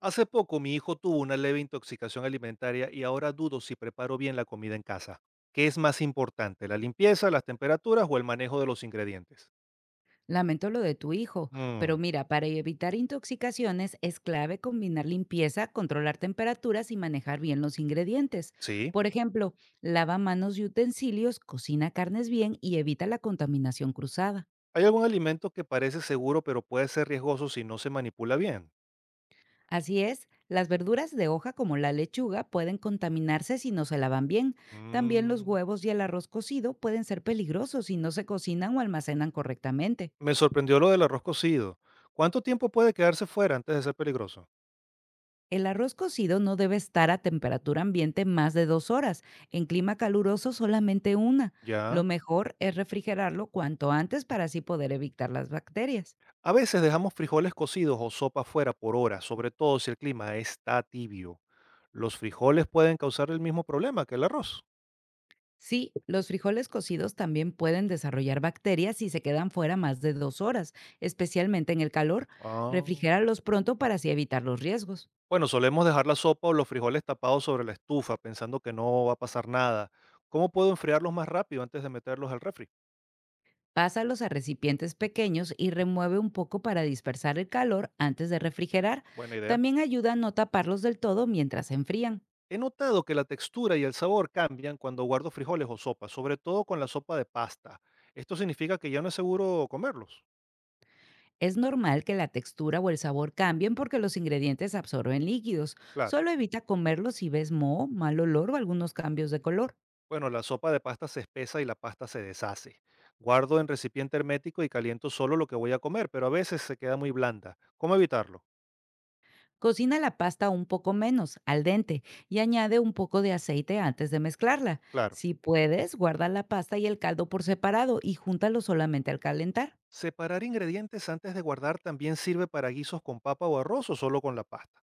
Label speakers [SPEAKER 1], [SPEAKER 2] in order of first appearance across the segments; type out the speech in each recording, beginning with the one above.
[SPEAKER 1] Hace poco mi hijo tuvo una leve intoxicación alimentaria y ahora dudo si preparo bien la comida en casa. ¿Qué es más importante, la limpieza, las temperaturas o el manejo de los ingredientes?
[SPEAKER 2] Lamento lo de tu hijo, pero
[SPEAKER 1] Mm,
[SPEAKER 2] mira, para evitar intoxicaciones es clave combinar limpieza, controlar temperaturas y manejar bien los ingredientes.
[SPEAKER 1] sí.
[SPEAKER 2] Por ejemplo, lava manos y utensilios, cocina carnes bien y evita la contaminación cruzada.
[SPEAKER 1] ¿Hay algún alimento que parece seguro pero puede ser riesgoso si no se manipula bien?
[SPEAKER 2] Así es, las verduras de hoja como la lechuga pueden contaminarse si no se lavan bien. También los
[SPEAKER 1] Mm,
[SPEAKER 2] huevos y el arroz cocido pueden ser peligrosos si no se cocinan o almacenan correctamente.
[SPEAKER 1] me sorprendió lo del arroz cocido. ¿Cuánto tiempo puede quedarse fuera antes de ser peligroso?
[SPEAKER 2] El arroz cocido no debe estar a temperatura ambiente más de 2 horas, en clima caluroso solamente una. Lo
[SPEAKER 1] Ya.
[SPEAKER 2] mejor es refrigerarlo cuanto antes para así poder evitar las bacterias.
[SPEAKER 1] A veces dejamos frijoles cocidos o sopa fuera por horas, sobre todo si el clima está tibio. ¿Los frijoles pueden causar el mismo problema que el arroz?
[SPEAKER 2] Sí, los frijoles cocidos también pueden desarrollar bacterias si se quedan fuera más de 2 horas, especialmente en el calor.
[SPEAKER 1] Ah.
[SPEAKER 2] Refrigéralos pronto para así evitar los riesgos.
[SPEAKER 1] Bueno, solemos dejar la sopa o los frijoles tapados sobre la estufa, pensando que no va a pasar nada. ¿Cómo puedo enfriarlos más rápido antes de meterlos al refri?
[SPEAKER 2] Pásalos a recipientes pequeños y remueve un poco para dispersar el calor antes de refrigerar.
[SPEAKER 1] Buena idea.
[SPEAKER 2] También ayuda a no taparlos del todo mientras se enfrían.
[SPEAKER 1] He notado que la textura y el sabor cambian cuando guardo frijoles o sopa, sobre todo con la sopa de pasta. Esto significa que ya no es seguro comerlos.
[SPEAKER 2] Es normal que la textura o el sabor cambien porque los ingredientes absorben líquidos.
[SPEAKER 1] Claro.
[SPEAKER 2] Solo evita comerlos si ves moho, mal olor o algunos cambios de color.
[SPEAKER 1] Bueno, la sopa de pasta se espesa y la pasta se deshace. Guardo en recipiente hermético y caliento solo lo que voy a comer, pero a veces se queda muy blanda. ¿Cómo evitarlo?
[SPEAKER 2] Cocina la pasta un poco menos, al dente, y añade un poco de aceite antes de mezclarla.
[SPEAKER 1] Claro.
[SPEAKER 2] Si puedes, guarda la pasta y el caldo por separado y júntalo solamente al calentar.
[SPEAKER 1] Separar ingredientes antes de guardar también sirve para guisos con papa o arroz o solo con la pasta.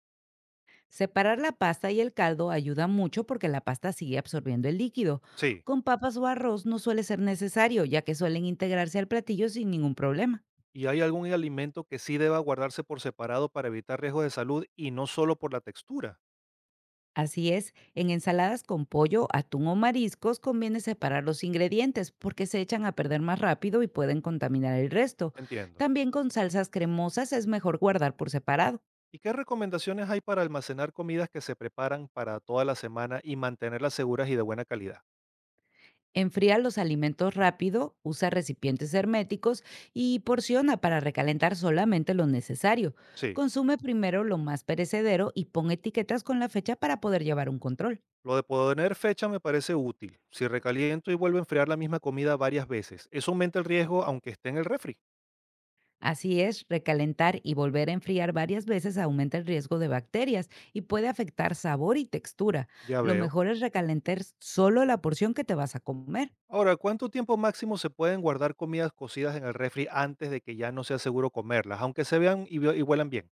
[SPEAKER 2] Separar la pasta y el caldo ayuda mucho porque la pasta sigue absorbiendo el líquido.
[SPEAKER 1] Sí.
[SPEAKER 2] Con papas o arroz no suele ser necesario, ya que suelen integrarse al platillo sin ningún problema.
[SPEAKER 1] ¿Y hay algún alimento que sí deba guardarse por separado para evitar riesgos de salud y no solo por la textura?
[SPEAKER 2] Así es, en ensaladas con pollo, atún o mariscos conviene separar los ingredientes porque se echan a perder más rápido y pueden contaminar el resto.
[SPEAKER 1] Entiendo.
[SPEAKER 2] También con salsas cremosas es mejor guardar por separado.
[SPEAKER 1] ¿Y qué recomendaciones hay para almacenar comidas que se preparan para toda la semana y mantenerlas seguras y de buena calidad?
[SPEAKER 2] Enfría los alimentos rápido, usa recipientes herméticos y porciona para recalentar solamente lo necesario.
[SPEAKER 1] Sí.
[SPEAKER 2] Consume primero lo más perecedero y pon etiquetas con la fecha para poder llevar un control.
[SPEAKER 1] Lo de poner fecha me parece útil. Si recaliento y vuelvo a enfriar la misma comida varias veces, eso aumenta el riesgo aunque esté en el refri.
[SPEAKER 2] Así es, recalentar y volver a enfriar varias veces aumenta el riesgo de bacterias y puede afectar sabor y textura.
[SPEAKER 1] Ya
[SPEAKER 2] Lo
[SPEAKER 1] veo.
[SPEAKER 2] mejor es recalentar solo la porción que te vas a comer.
[SPEAKER 1] Ahora, ¿cuánto tiempo máximo se pueden guardar comidas cocidas en el refri antes de que ya no sea seguro comerlas, aunque se vean y y huelan bien?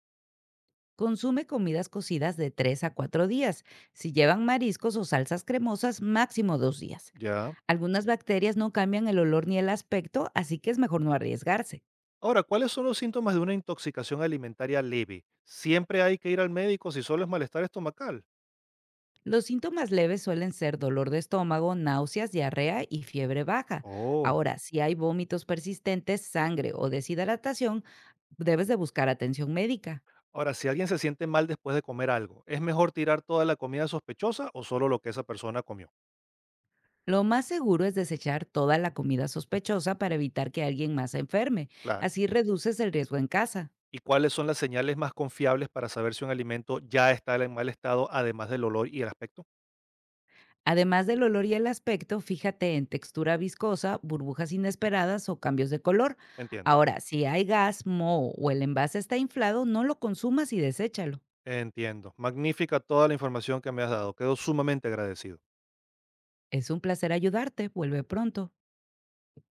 [SPEAKER 2] Consume comidas cocidas de 3 a 4 días. Si llevan mariscos o salsas cremosas, máximo 2 días.
[SPEAKER 1] Ya.
[SPEAKER 2] Algunas bacterias no cambian el olor ni el aspecto, así que es mejor no arriesgarse.
[SPEAKER 1] Ahora, ¿cuáles son los síntomas de una intoxicación alimentaria leve? ¿Siempre hay que ir al médico si solo es malestar estomacal?
[SPEAKER 2] Los síntomas leves suelen ser dolor de estómago, náuseas, diarrea y fiebre baja.
[SPEAKER 1] Oh.
[SPEAKER 2] Ahora, si hay vómitos persistentes, sangre o deshidratación, debes de buscar atención médica.
[SPEAKER 1] Ahora, si alguien se siente mal después de comer algo, ¿es mejor tirar toda la comida sospechosa o solo lo que esa persona comió?
[SPEAKER 2] Lo más seguro es desechar toda la comida sospechosa para evitar que alguien más se enferme.
[SPEAKER 1] Claro.
[SPEAKER 2] Así reduces el riesgo en casa.
[SPEAKER 1] ¿Y cuáles son las señales más confiables para saber si un alimento ya está en mal estado, además del olor y el aspecto?
[SPEAKER 2] Además del olor y el aspecto, fíjate en textura viscosa, burbujas inesperadas o cambios de color.
[SPEAKER 1] Entiendo.
[SPEAKER 2] Ahora, si hay gas, moho o el envase está inflado, no lo consumas y deséchalo.
[SPEAKER 1] Entiendo. Magnífica toda la información que me has dado. Quedo sumamente agradecido.
[SPEAKER 2] Es un placer ayudarte. Vuelve pronto.